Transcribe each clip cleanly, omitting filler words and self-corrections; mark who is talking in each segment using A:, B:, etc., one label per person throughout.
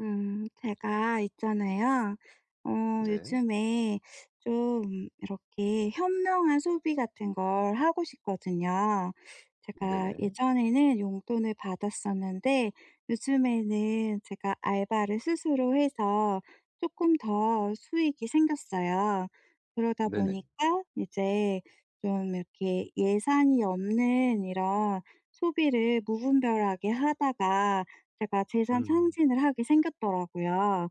A: 제가 있잖아요. 어,
B: 네.
A: 요즘에 좀 이렇게 현명한 소비 같은 걸 하고 싶거든요. 제가
B: 네네.
A: 예전에는 용돈을 받았었는데 요즘에는 제가 알바를 스스로 해서 조금 더 수익이 생겼어요. 그러다
B: 네네.
A: 보니까 이제 좀 이렇게 예산이 없는 이런 소비를 무분별하게 하다가 제가 재산
B: 음.
A: 상진을 하게 생겼더라고요.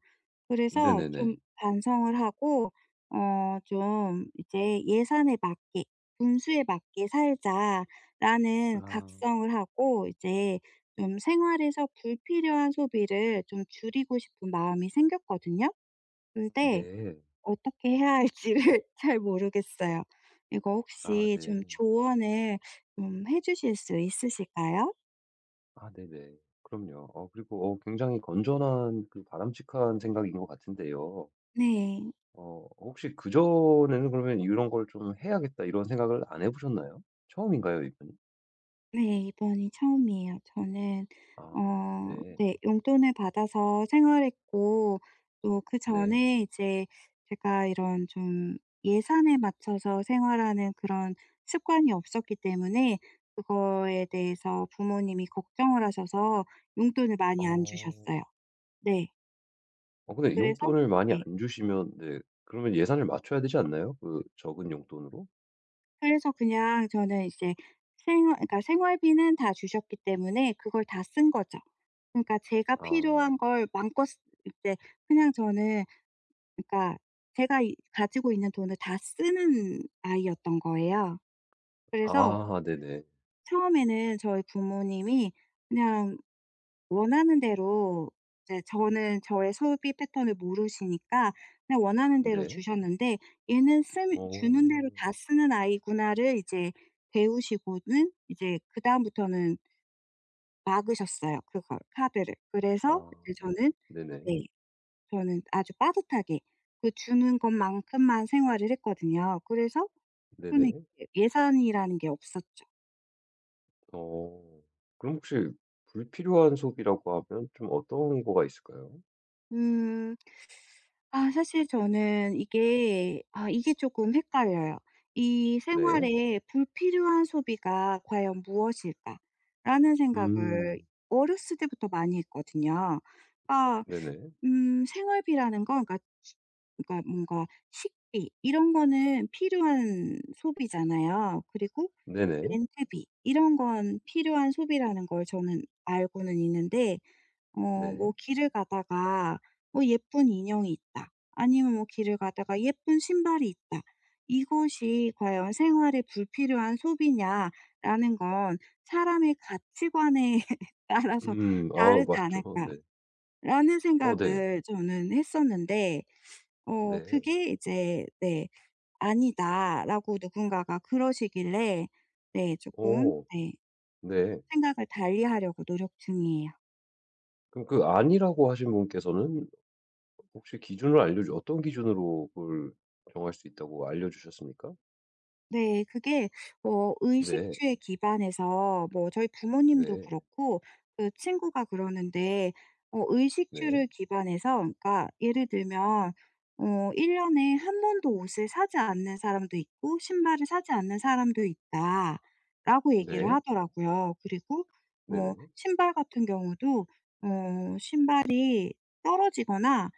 A: 그래서 좀
B: 네네네.
A: 반성을 하고 좀 이제 '예산에 맞게 분수에 맞게 살자.'라는
B: 아.
A: 각성을 하고 이제 좀 생활에서 불필요한 소비를 좀 줄이고 싶은 마음이 생겼거든요. 근데
B: 네.
A: 어떻게 해야 할지를 잘 모르겠어요. 이거
B: 아
A: 혹시
B: 네.
A: 좀 조언을 좀 해 주실 수 있으실까요?
B: 아 네네. 그럼요. 그리고 굉장히 건전한 그 바람직한 생각인 것 같은데요.
A: 네.
B: 혹시 그전에는 그러면 '이런 걸 좀 해야겠다.' 이런 생각을 안 해 보셨나요? 처음인가요, 이번이?
A: 네. 이번이 처음이에요. 저는
B: 아 네.
A: 네 용돈을 받아서 생활했고 또
B: 네.
A: 그전에 이제 제가 이런 좀 예산에 맞춰서 생활하는 그런 습관이 없었기 때문에 그거에 대해서 부모님이 걱정을 하셔서 용돈을 많이 안
B: 어.
A: 주셨어요. 네.
B: 어 근데
A: 그래서
B: 용돈을 많이
A: 네.
B: 안 주시면 네 그러면 예산을 맞춰야 되지 않나요? 그 적은 용돈으로?
A: 그래서 그냥 저는 이제 생활 그러니까 생활비는 다 주셨기 때문에 그걸 다 쓴 거죠. 그러니까 제가
B: 아.
A: 필요한 걸 마음껏 쓰 이제 그냥 저는 그러니까 제가 이 가지고 있는 돈을 다 쓰는 아이였던 거예요. 그래서
B: 아 네네.
A: 처음에는 저희 부모님이 그냥 원하는 대로 이제 저는 저의 소비 패턴을 모르시니까 그냥 원하는 대로
B: 네.
A: 주셨는데 얘는 쓰
B: 어.
A: 주는 대로 다 쓰는 아이구나를 이제 배우시고는 이제 그다음부터는 막으셨어요 그걸 카드를. 그래서
B: 아.
A: 이제 저는
B: 네네.
A: 네 저는 아주 빠듯하게 그 주는 것만큼만 생활을 했거든요. 그래서 저는
B: 네네.
A: 이제 예산이라는 게 없었죠.
B: 어. 그럼 혹시 불필요한 소비라고 하면 좀 어떤 거가 있을까요?
A: 음. 아 사실 저는 이게 아 이게 조금 헷갈려요. '이
B: 네.
A: 생활에 불필요한 소비가 과연 무엇일까?'라는 생각을
B: 음.
A: 어렸을 때부터 많이 했거든요. 그러니까
B: 네네.
A: 생활비라는 건 그러니까 지- 그러니까 뭔가 식비 이런 거는 필요한 소비잖아요. 그리고
B: 네네.
A: 렌트비 이런 건 필요한 소비라는 걸 저는 알고는 있는데
B: 네.
A: 뭐 길을 가다가 뭐 예쁜 인형이 있다. 아니면 뭐 길을 가다가 예쁜 신발이 있다. 이것이 과연 생활에 불필요한 소비냐라는 건 '사람의 가치관에 따라서
B: 음. 아
A: 다르지
B: 맞죠. 네.
A: 않을까.'라는
B: 어 네.
A: 생각을 저는 했었는데
B: 네.
A: 그게 이제 네 '아니다.'라고 누군가가 그러시길래 네 조금
B: 어
A: 네
B: 네.
A: 생각을 달리하려고 노력 중이에요.
B: 그럼 그 아니라고 하신 분께서는 혹시 기준을 알려주 어떤 기준으로 그걸 정할 수 있다고 알려주셨습니까?
A: 네. 그게
B: 네.
A: 의식주에 기반해서 뭐 저희 부모님도
B: 네.
A: 그렇고 그 친구가 그러는데
B: 네.
A: 의식주를 기반해서 그러니까 예를 들면 1년 년에 한 번도 옷을 사지 않는 사람도 있고 신발을 사지 않는 사람도 있다라고 얘기를
B: 네.
A: 하더라고요. 그리고 뭐
B: 네네.
A: 신발 같은 경우도 신발이 떨어지거나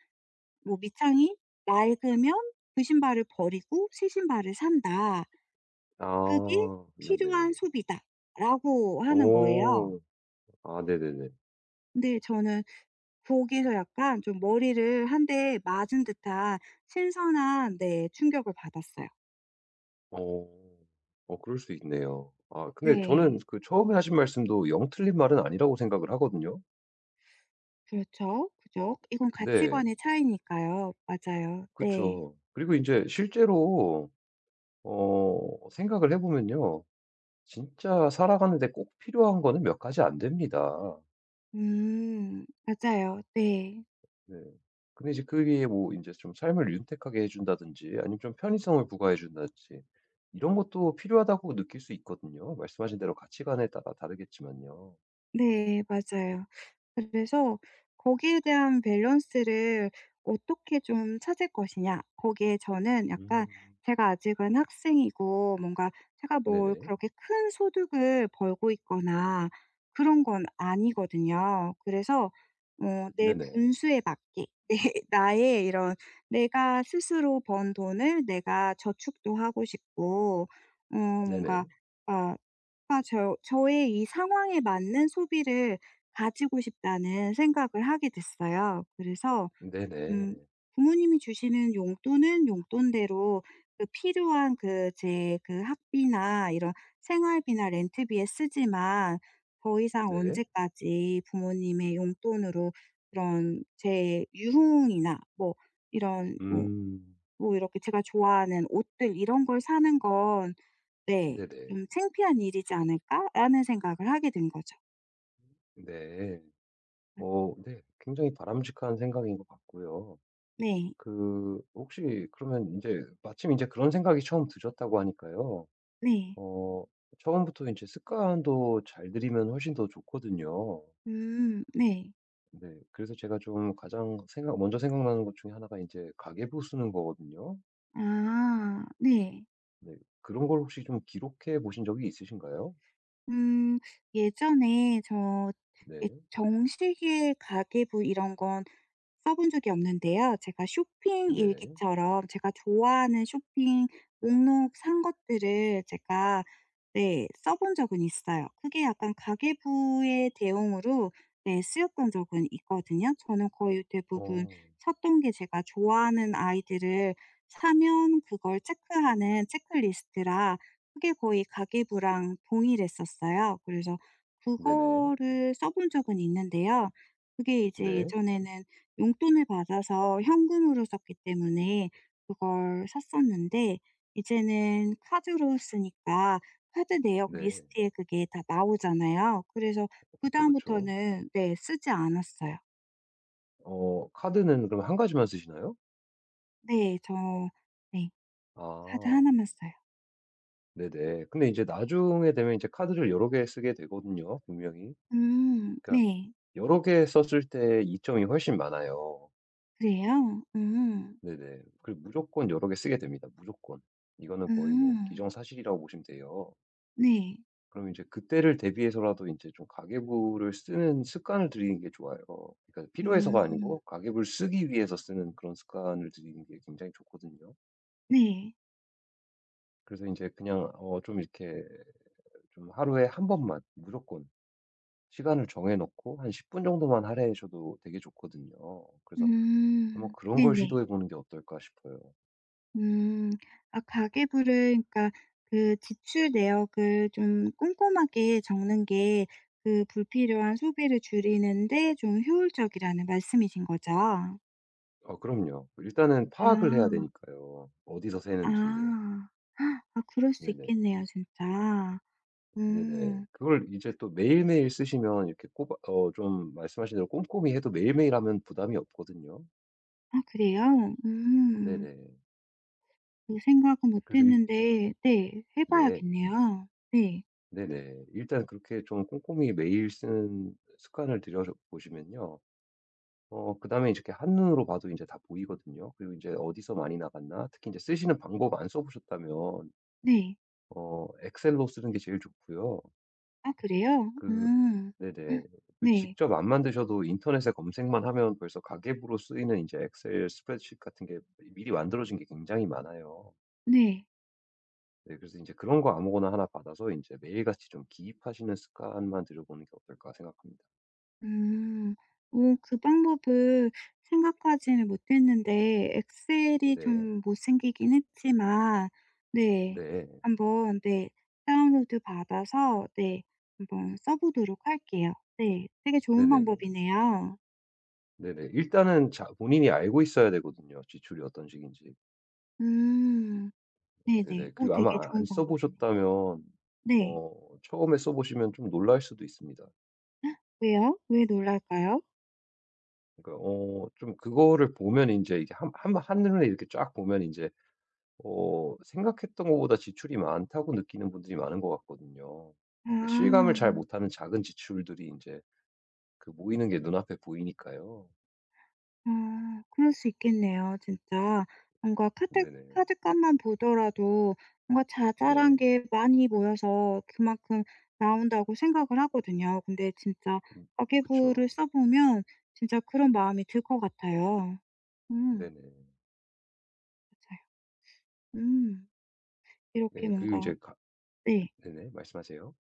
A: 뭐 밑창이 낡으면 그 신발을 버리고 새 신발을 산다. 그게
B: 아. 네네.
A: 필요한 소비다라고 하는 거예요.
B: 오. 아 네네네.
A: 근데 저는 거기서 약간 좀 머리를 한 대 맞은 듯한 신선한 네 충격을 받았어요.
B: 어. 어 그럴 수 있네요. 아 근데 저는
A: 네.
B: 그 처음에 하신 말씀도 영 틀린 말은 아니라고 생각을 하거든요.
A: 그렇죠. 그죠. 이건
B: 네.
A: 가치관의 차이니까요. 맞아요. 네.
B: 그쵸. 그리고 이제 실제로 생각을 해 보면요. 진짜 살아가는 데 꼭 필요한 거는 몇 가지 안 됩니다.
A: 음. 맞아요. 네.
B: 네. 근데 이제 그게 뭐 이제 좀 삶을 윤택하게 해 준다든지 아니면 좀 편의성을 부과해 준다든지 이런 것도 필요하다고 느낄 수 있거든요. 말씀하신 대로 가치관에 따라 다르겠지만요.
A: 네 맞아요. 그래서 거기에 대한 밸런스를 어떻게 좀 찾을 것이냐. 거기에 저는 약간
B: 음.
A: 제가 아직은 학생이고 뭔가 제가 뭘
B: 네네.
A: 그렇게 큰 소득을 벌고 있거나 그런 건 아니거든요. 그래서 내
B: 네네.
A: 분수에 맞게 내 나의 이런 내가 스스로 번 돈을 내가 저축도 하고 싶고
B: 네네.
A: 뭔가 아 저의 이 상황에 맞는 소비를 가지고 싶다는 생각을 하게 됐어요. 그래서 음
B: 네네.
A: 부모님이 주시는 용돈은 용돈대로 그 필요한 그 제 그 학비나 이런 생활비나 렌트비에 쓰지만 더 이상
B: 네.
A: 언제까지 부모님의 용돈으로 그런 제 유흥이나 뭐 이런 뭐
B: 음.
A: 뭐 이렇게 제가 좋아하는 옷들 이런 걸 사는 건 네.
B: 네네.
A: 좀 '창피한 일이지 않을까?'라는 생각을 하게 된 거죠.
B: 네. 어 네. 굉장히 바람직한 생각인 것 같고요.
A: 네.
B: 그 혹시 그러면 인제 마침 인제 그런 생각이 처음 드셨다고 하니까요.
A: 네.
B: 어 처음부터 인제 습관도 잘 들이면 훨씬 더 좋거든요.
A: 네.
B: 네. 그래서 제가 좀 가장 생각 먼저 생각나는 것 중에 하나가 인제 가계부 쓰는 거거든요.
A: 아 네.
B: 네. 그런 걸 혹시 좀 기록해 보신 적이 있으신가요?
A: 음 예전에 저 예
B: 네.
A: 정식의 가계부 이런 건 써본 적이 없는데요. 제가 쇼핑
B: 네네.
A: 일기처럼 제가 좋아하는 쇼핑 목록 산 것들을 제가 네 써본 적은 있어요. 그게 약간 가계부의 대용으로 네 쓰였던 적은 있거든요. 저는 거의 대부분
B: 어.
A: 샀던 게 제가 좋아하는 아이들을 사면 그걸 체크하는 체크리스트라 그게 거의 가계부랑 동일했었어요. 그래서
B: 네네.
A: 그거를 써본 적은 있는데요. 그게 이제
B: 네.
A: 예전에는 용돈을 받아서 현금으로 썼기 때문에 그걸 샀었는데 이제는 카드로 쓰니까 카드 내역
B: 네.
A: 리스트에 그게 다 나오잖아요. 그래서
B: 그쵸, 그쵸.
A: 그다음부터는 네 쓰지 않았어요.
B: 어 카드는 그럼 한 가지만 쓰시나요?
A: 네. 저 네 카드 하
B: 아.
A: 나만 써요.
B: 네네. 근데 이제 나중에 되면 이제 카드를 여러 개 쓰게 되거든요, 분명히. 그러니까
A: 네.
B: 여러 개 썼을 때 이점이 훨씬 많아요.
A: 그래요? 음.
B: 네네. 그리고 무조건 여러 개 쓰게 됩니다, 무조건. 이거는 거의 뭐
A: 음.
B: 기정사실이라고 보시면 돼요.
A: 네.
B: 그럼 이제 그때를 대비해서라도 이제 좀 가계부를 쓰는 습관을 들이는 게 좋아요. 그러니까 필요해서가
A: 음.
B: 아니고 가계부를 쓰기 위해서 쓰는 그런 습관을 들이는 게 굉장히 좋거든요.
A: 네.
B: 그래서 이제 그냥 좀 이렇게 좀 하루에 한 번만 무조건 시간을 정해 놓고 한 10분 정도만 할애하셔도 되게 좋거든요. 그래서
A: 음.
B: 한번 그런 걸
A: 네네.
B: 시도해 보는 게 어떨까 싶어요.
A: 음. 아 가계부를 그러니까 그 지출 내역을 좀 꼼꼼하게 적는 게 그 불필요한 소비를 줄이는 데 좀 효율적이라는 말씀이신 거죠?
B: 어 그럼요. 일단은 파악을 해야
A: 아.
B: 되니까요. 어디서
A: 아.
B: 새는지.
A: 헉, 아 그럴 수
B: 네네.
A: 있겠네요 진짜.
B: 네네.
A: 음.
B: 그걸 이제 또 매일매일 쓰시면 이렇게 꼬박 좀 말씀하신 대로 꼼꼼히 해도 매일매일 하면 부담이 없거든요.
A: 아 그래요? 음.
B: 네네.
A: 그 생각은 못
B: 그래서 일
A: 했는데 네 해
B: 네.
A: 봐야겠네요. 네.
B: 네네. 일단 그렇게 좀 꼼꼼히 매일 쓰는 습관을 들여 보시면요. 그다음에 이렇게 한눈으로 봐도 이제 다 보이거든요. 그리고 이제 어디서 많이 나갔나 특히 이제 쓰시는 방법 안 써 보셨다면
A: 네.
B: 엑셀로 쓰는 게 제일 좋고요.
A: 아 그래요?
B: 그
A: 음.
B: 네네. 그
A: 네.
B: 직접 안 만드셔도 인터넷에 검색만 하면 벌써 가계부로 쓰이는 이제 엑셀 스프레드시트 같은 게 미리 만들어진 게 굉장히 많아요.
A: 네.
B: 네 그래서 이제 그런 거 아무거나 하나 받아서 이제 매일같이 좀 기입하시는 습관만 들여보는 게 어떨까 생각합니다.
A: 음. 오 그 방법을 생각하지는 못했는데 엑셀이
B: 네.
A: 좀 못생기긴 했지만 네.
B: 네.
A: 한번 네 다운로드 받아서 네 한번 써 보도록 할게요. 네. 되게 좋은
B: 네네네.
A: 방법이네요.
B: 네네. 일단은 자 본인이 알고 있어야 되거든요, 지출이 어떤 식인지.
A: 음. 네네.
B: 네네.
A: 오
B: 그리고
A: 되게
B: 아마 안
A: 좋은
B: 써
A: 방법이네요.
B: 보셨다면
A: 네.
B: 처음에 써 보시면 좀 놀랄 수도 있습니다.
A: 왜요? 왜 놀랄까요?
B: 그러니까 좀 그거를 보면 인제 이게 한 한눈에 이렇게 쫙 보면 인제 생각했던 것보다 지출이 많다고 느끼는 분들이 많은 것 같거든요. 그 실감을
A: 아.
B: 잘 못하는 작은 지출들이 인제 그 모이는 게 눈앞에 보이니까요.
A: 아 그럴 수 있겠네요 진짜. 뭔가 카드
B: 네네.
A: 카드값만 보더라도 뭔가 자잘한
B: 네.
A: 게 많이 모여서 그만큼 나온다고 생각을 하거든요. 근데 진짜
B: 음 그쵸.
A: 가계부를 써 보면 진짜 그런 마음이 들 것 같아요. 음
B: 네네.
A: 맞아요. 음 이렇게
B: 네 그리고
A: 뭔가
B: 인제 가
A: 네.
B: 네네. 말씀하세요.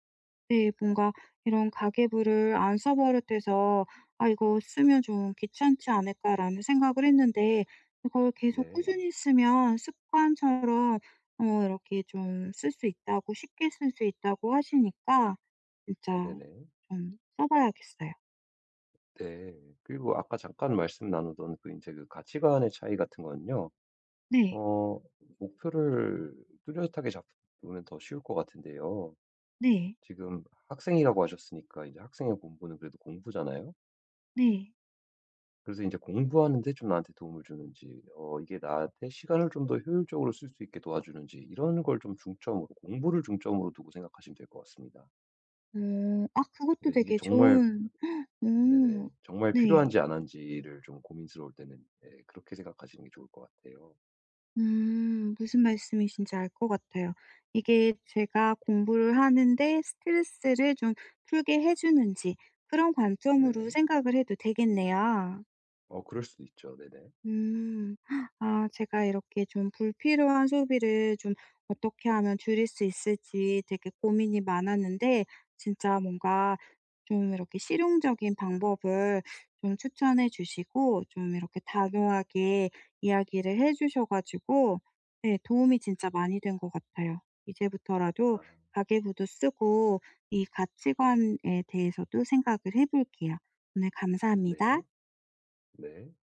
A: 네. 뭔가 이런 가계부를 안 써 버릇해서 '아 이거 쓰면 좀 귀찮지 않을까.'라는 생각을 했는데 이걸 계속
B: 네.
A: 꾸준히 쓰면 습관처럼 이렇게 좀 쓸 수 있다고 쉽게 쓸 수 있다고 하시니까 진짜
B: 네네.
A: 좀 써 봐야겠어요.
B: 네. 그리고 아까 잠깐 말씀 나누던 그 인제 그 가치관의 차이 같은 건요.
A: 네.
B: 어, 목표를 뚜렷하게 잡으면 더 쉬울 것 같은데요.
A: 네.
B: 지금 학생이라고 하셨으니까 이제 학생의 본분은 그래도 공부잖아요.
A: 네.
B: 그래서 이제 공부하는데 좀 나한테 도움을 주는지, 어, 이게 나한테 시간을 좀 더 효율적으로 쓸 수 있게 도와주는지, 이런 걸 좀 중점으로, 공부를 중점으로 두고 생각하시면 될 것 같습니다.
A: 어. 아
B: 이게
A: 그것도
B: 이게
A: 되게
B: 정말,
A: 좋은 오,
B: 네네, 정말
A: 네.
B: 필요한지 안 한지를 좀 고민스러울 때는, 네, 그렇게 생각하시는 게 좋을 것 같아요.
A: 음. 무슨 말씀이신지 알 것 같아요. 이게 제가 공부를 하는데 스트레스를 좀 풀게 해 주는지 그런 관점으로
B: 네.
A: 생각을 해도 되겠네요.
B: 어, 그럴 수도 있죠. 네네.
A: 음. 아 제가 이렇게 좀 불필요한 소비를 좀 어떻게 하면 줄일 수 있을지 되게 고민이 많았는데 진짜 뭔가 좀 이렇게 실용적인 방법을 좀 추천해 주시고 좀 이렇게 단호하게 이야기를 해 주셔 가지고 네 도움이 진짜 많이 된 것 같아요.
B: 아,
A: 이제부터라도 가계부도 쓰고 이 가치관에 대해서도 생각을 해 볼게요. 오늘 감사합니다.
B: 네. 네.